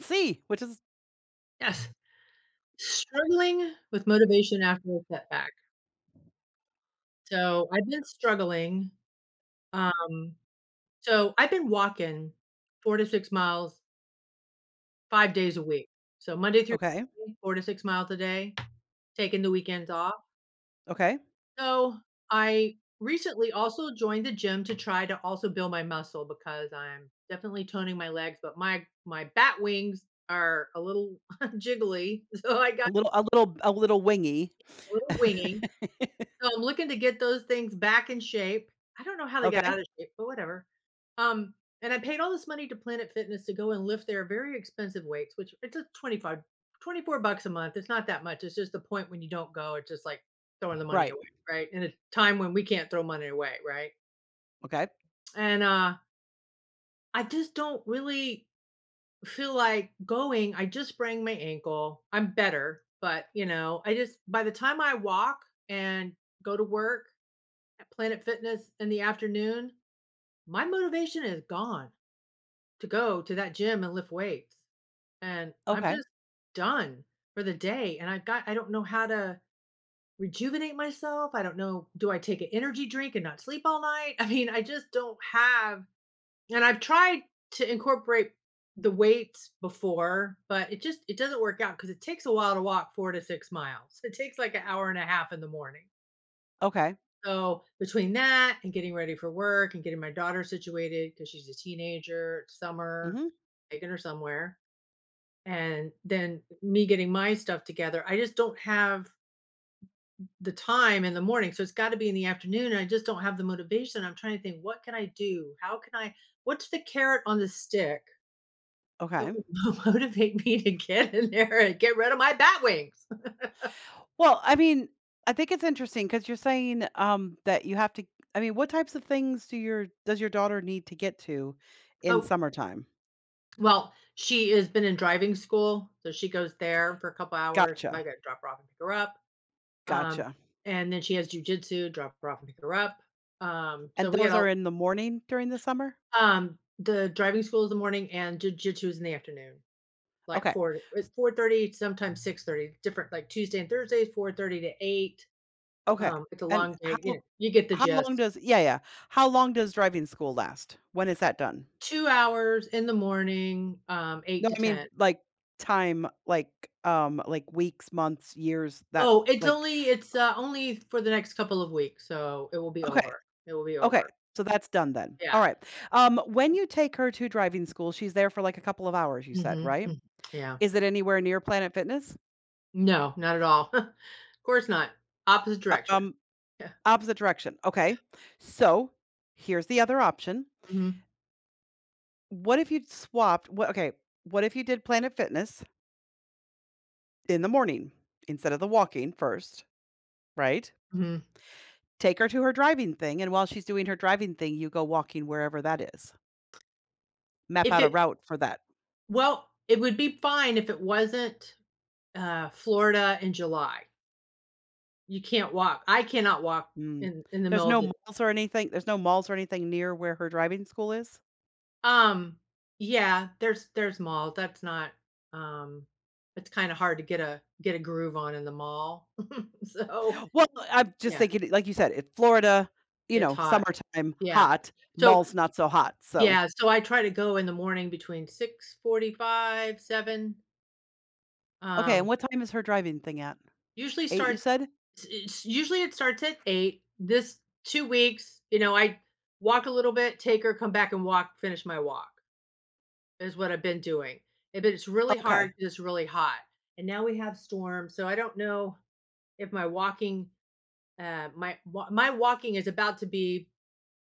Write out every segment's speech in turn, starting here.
C, which is Yes. Struggling with motivation after a setback. So, I've been struggling, um, so I've been walking 4 to 6 miles 5 days a week. So, Monday through okay, Friday, 4 to 6 miles a day, taking the weekends off. okay. So, I recently also joined the gym to try to also build my muscle because I'm definitely toning my legs, but my bat wings are a little jiggly, so I A got little a little wingy. a little winging. So I'm looking to get those things back in shape. I don't know how they got Okay, out of shape, but whatever. Um, and I paid all this money to Planet Fitness to go and lift their very expensive weights, which it's a 25, $24 a month. It's not that much. It's just the point when you don't go, it's just like throwing the money right. away, right? In a time when we can't throw money away, right? Okay, And I just don't really feel like going. I just sprained my ankle. I'm better, but you know, I just by the time I walk and go to work, at Planet Fitness in the afternoon, my motivation is gone to go to that gym and lift weights. And I'm okay, just done for the day. And I've got, I don't know how to rejuvenate myself. I don't know, do I take an energy drink and not sleep all night? I mean, I just don't have, and I've tried to incorporate the weights before, but it just, it doesn't work out because it takes a while to walk 4 to 6 miles. It takes like an hour and a half in the morning. okay. So between that and getting ready for work and getting my daughter situated because she's a teenager, it's summer, Mhm, taking her somewhere, and then me getting my stuff together, I just don't have the time in the morning. So it's got to be in the afternoon. And I just don't have the motivation. I'm trying to think, what can I do? How can I? What's the carrot on the stick that okay. will motivate me to get in there and get rid of my bat wings? Well, I mean, I think it's interesting because 'cause you're saying, that you have to. I mean, what types of things do your does your daughter need to get to in Oh, summertime? well, she has been in driving school, so she goes there for a couple hours. So I Gotcha, got to drop her off and pick her up. Um, gotcha. and then she has jujitsu, drop her off and pick her up. So And we those got are all in the morning during the summer? The driving school is the morning and jujitsu is in the afternoon, like Okay, four s at 4:30, sometimes 6:30, different like Tuesday and Thursdays, 4:30 to 8. okay, It's a and long day, you know, you get the how long gist. does Yeah, yeah. How long does driving school last? When is that done? 2 hours in the morning, 8 No, to I 10. mean, like, time, like, weeks, months, years, that Oh, it's like only it's uh, only for the next couple of weeks, so it will be okay, over. It will be okay, over. so that's done then. Yeah. Alright. When you take her to driving school, she's there for, like, a couple of hours, you said, Mhm. right? Mm. Yeah. Is it anywhere near Planet Fitness? No, not at all. Of course not. Opposite direction. Um, Yeah, Opposite direction, yeah. okay. So, here's the other option. Mhm, What if you swapped what okay, what if you did Planet Fitness in the morning instead of the walking first, right? mhm. Take her to her driving thing, and while she's doing her driving thing, you go walking wherever that is. Map If out a it route for that. well, it would be fine if it wasn't, Florida in July. You can't walk I cannot walk Mm. in the middle of the. There's no malls or anything near where her driving school is? Um, yeah, there's malls, that's not, um it's kinda hard to get a groove on in the mall. So, Well, I'm just yeah, thinking, like you said, it's Florida, you it's know, hot. summertime, Yeah. hot, So, malls not so hot, so Yeah, so I try to go in the morning between 6:45, 7, okay, and um, what time is her driving thing at? usually 8, you starts said? It's usually it starts at 8. This 2 weeks, you know, I walk a little bit, take her, come back and walk, finish my walk, is what I've been doing. Eh, but it's really hard Okay. 'cause it's really hot, and now we have storms, so I don't know if my walking is about to be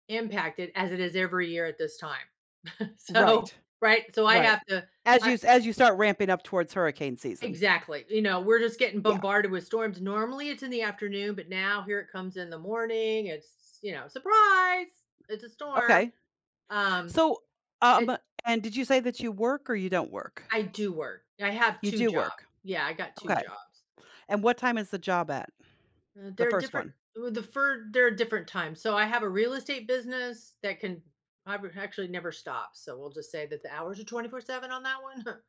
impacted as it is every year at this time. So, Right. right? So I Right. have to. As you start ramping up towards hurricane season. Exactly. You know, we're just getting Yeah, bombarded with storms. Normally it's in the afternoon, but now here it comes in the morning. It's, you know, surprise. It's a storm. okay. Um So, it um, and did you say that you work or you don't work? I do work. I have You two do jobs. work. Yeah, I got two Okay. jobs. And what time is the job at? Uh, The they're first different one. They're different times. So I have a real estate business that can. I would actually never stop. So we'll just say that the hours are 24/7 on that one.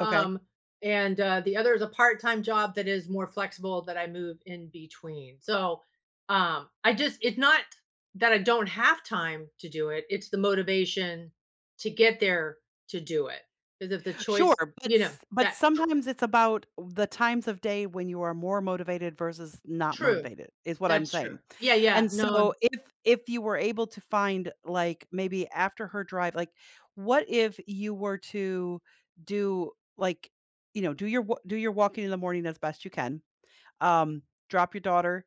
Okay. and the other is a part-time job that is more flexible that I move in between. So I just it's not that I don't have time to do it. It's the motivation to get there to do it. Because if the Sure, choice, you know, but that tr- sometimes it's about the times of day when you are more motivated versus not true, motivated, is what I'm that's true. saying. Yeah, yeah, And no, so if you were able to find, like, maybe after her drive, like, what if you were to do, like, you know, do your walking in the morning as best you can, um, drop your daughter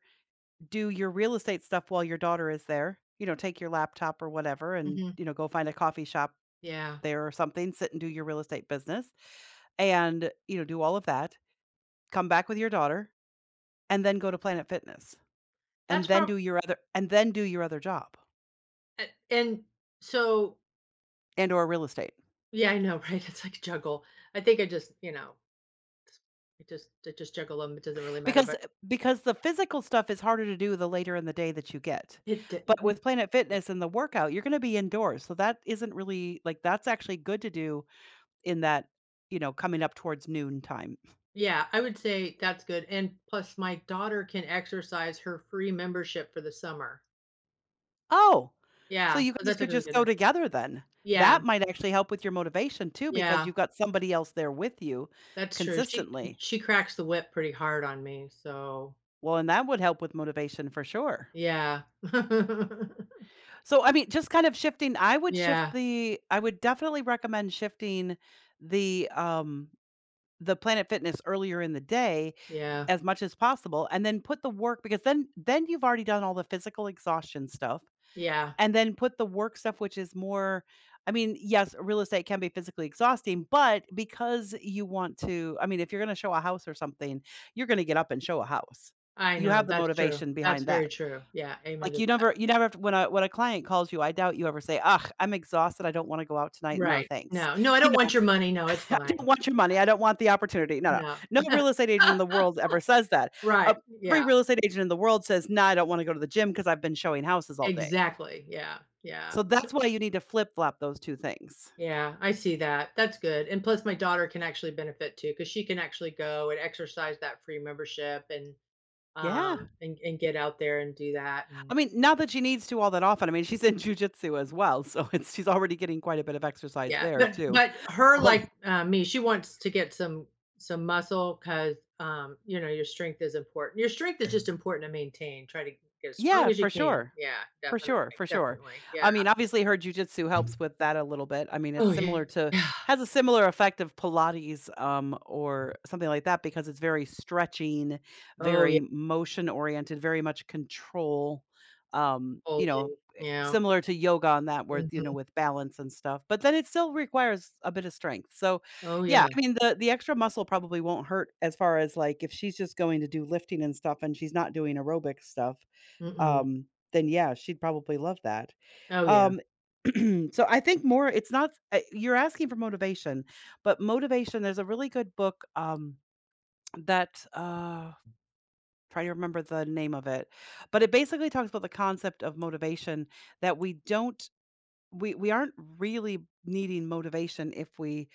do your real estate stuff while your daughter is there. You know, take your laptop or whatever and, hmm you know, go find a coffee shop yeah, there or something, sit and do your real estate business and, you know, do all of that. Come back with your daughter and then go to Planet Fitness that's and then probably. do your other job And so, and or real estate. yeah, I know, right? It's like juggle. I think I just, you know, I just juggle them. It doesn't really matter, Because because the physical stuff is harder to do the later in the day that you get. it, But d- with Planet Fitness and the workout, you're going to be indoors. So that isn't really like that's actually good to do in that, you know, coming up towards noon time. Yeah, I would say that's good, and plus my daughter can exercise her free membership for the summer. Oh, so Yeah, you so guys that's a could really just good go idea. together then. Yeah, That might actually help with your motivation too because yeah, you've got somebody else there with you that's true. She consistently. she cracks the whip pretty hard on me, so Well, and that would help with motivation for sure. yeah. So, I mean, just kind of shifting, Yeah, I would definitely recommend shifting the um the Planet Fitness earlier in the day yeah, as much as possible and then put the work because then you've already done all the physical exhaustion stuff. yeah. And then put the work stuff, which is more I mean, yes, real estate can be physically exhausting, but because you want to I mean, if you're gonna show a house or something, you're gonna get up and show a house. I You know, have the that's true. motivation That's behind very that. true. Yeah, amen Like, to that. You never have to when a client calls you, I doubt you ever say, "Ugh, I'm exhausted. I don't wanna go out tonight. No, Right. thanks." No, no, I You don't know, want your money. No, it's "I don't fine. want your Yeah, money. I don't want the opportunity." No, no. no. No real estate agent in the world ever says that. Uh, Right, every yeah, real estate agent in the world says, "Nah, I don't wanna go to the gym because 'cause I've been showing houses all day." exactly. Yeah, yeah. So that's why you need to flip-flop those 2 things. Yeah, I see that. That's good. And plus my daughter can actually benefit too, because she can actually go and exercise that free membership and, um, Yeah. and and get out there and do that, I and mean, not that she needs to all that often. I mean, she's in jujitsu as well, so it's she's already getting quite a bit of exercise yeah. there But too. but her, Um, like, me, she wants to get some muscle, cause you know, your strength is important. Your strength is just important to maintain. Try to get as strong yeah, as you for can. sure. Yeah, For definitely, sure, for sure. definitely. Yeah. I mean, obviously her jujitsu helps with that a little bit. I mean, it's Oh, yeah. similar to Yeah. has a similar effect of Pilates, or something like that because it's very stretching, Oh, yeah, very motion oriented, very much control. You know, folding. eh, Yeah. similar to yoga on that where, you know, Mhm. with balance and stuff. But then it still requires a bit of strength. So Oh, yeah, yeah. I mean the extra muscle probably won't hurt as far as like if she's just going to do lifting and stuff and she's not doing aerobic stuff, Mm-mm. um, then yeah, she'd probably love that. Oh, yeah. Um, so I think more it's not you're asking for motivation, but motivation there's a really good book that trying to remember the name of it, but it basically talks about the concept of motivation that we aren't really needing motivation if we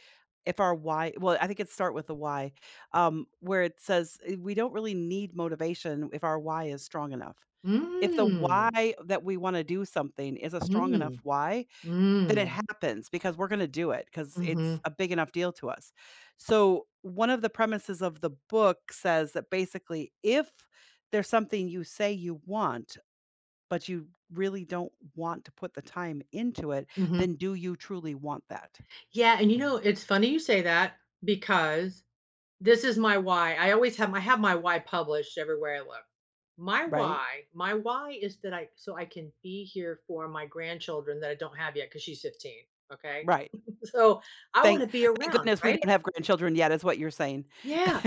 if our why well I think it start with the why where it says we don't really need motivation if our why is strong enough, if the Mm. why that we wanna do something is a strong enough Mm, why, then it mm, happens because we're gonna do it because it's mhm, a big enough deal to us. So, one of the premises of the book says that basically, if there's something you say you want, but you really don't want to put the time into it, mhm. then do you truly want that? Yeah, and you know, it's funny you say that because this is my why. I have my why published everywhere I look. Right? My why is that I can be here for my grandchildren that I don't have yet because she's 15, okay? Right. So, I wanna Thank be Thank around, goodness we right? don't have grandchildren yet, is what you're saying. Yeah.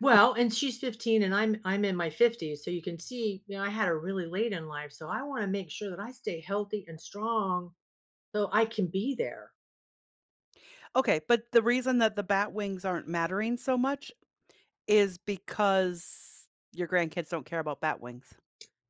Well, and she's 15 and I'm in my 50s, so you can see, you know, I had her really late in life, so I wanna make sure that I stay healthy and strong so I can be there. Okay, but the reason that the bat wings aren't mattering so much is because your grandkids don't care about bat wings.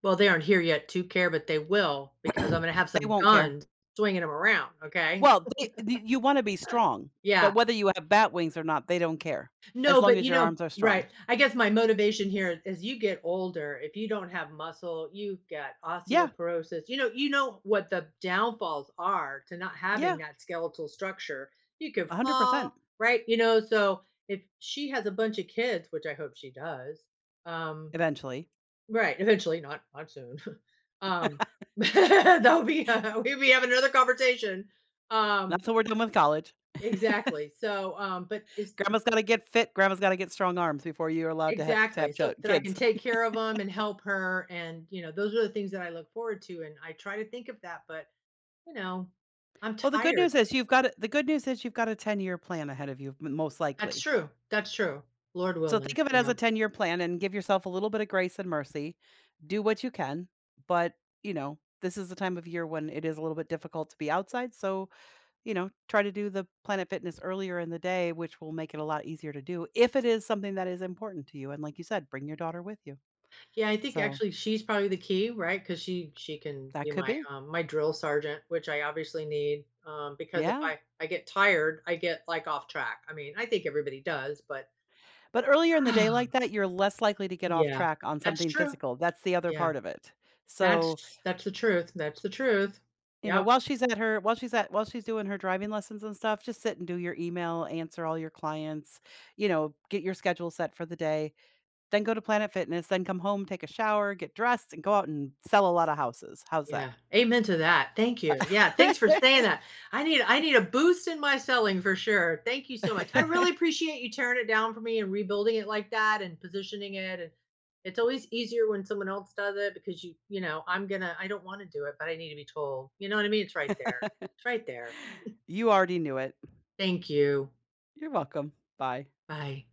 Well, they aren't here yet to care, but they will because I'm gonna have They some won't care. guns swinging them around, okay? Well, they y you wanna be strong, but Yeah. whether you have bat wings or not, they don't care, as No, long but, as you your know. arms are strong. Right. I guess my motivation here is: as you get older, if you don't have muscle, you've got Yeah. osteoporosis. You know what the downfalls are to not having Yeah, that skeletal structure. You can 100% fall, right? You know, so if she has a bunch of kids, which I hope she does, um eventually. right, eventually, not soon. Um, that would be, we'd be having another conversation. Um, That's what we're doing with college. exactly. So, but is Grandma's gotta get fit, grandma's gotta get strong arms before you're allowed to ha to have exactly, so chil that I kids. can take care of them and help her, and, you know, those are the things that I look forward to, and I try to think of that, but, you know, I'm Well, tired. The good news is you've got a ten-year plan ahead of you m most likely. That's true, Lord So willing, think of it as a yeah. ten-year plan and give yourself a little bit of grace and mercy. Do what you can, but, you know, this is the time of year when it is a little bit difficult to be outside, so, you know, try to do the Planet Fitness earlier in the day, which will make it a lot easier to do if it is something that is important to you, and like you said, bring your daughter with you. Yeah, I think So, actually she's probably the key, right? Because she can that be could my be. My drill sergeant, which I obviously need because if Yeah. I get tired, I get like off track. I mean, I think everybody does, but But earlier in the day like that, you're less likely to get off yeah, track on that's something true. physical. That's the other Yeah, part of it. So, that's the truth. That's the truth. you know, Yep. While she's doing her driving lessons and stuff, just sit and do your email, answer all your clients, you know, get your schedule set for the day, then go to Planet Fitness, then come home, take a shower, get dressed, and go out and sell a lot of houses. How's that? Yeah, amen to that. Thank you. Yeah, thanks for saying that. I need a boost in my selling for sure. Thank you so much. I really appreciate you tearing it down for me and rebuilding it like that and positioning it and it's always easier when someone else does it because you know, I don't want to do it, but I need to be told. You know what I mean? It's right there. It's right there. You already knew it. Thank you. You're welcome. Bye. Bye.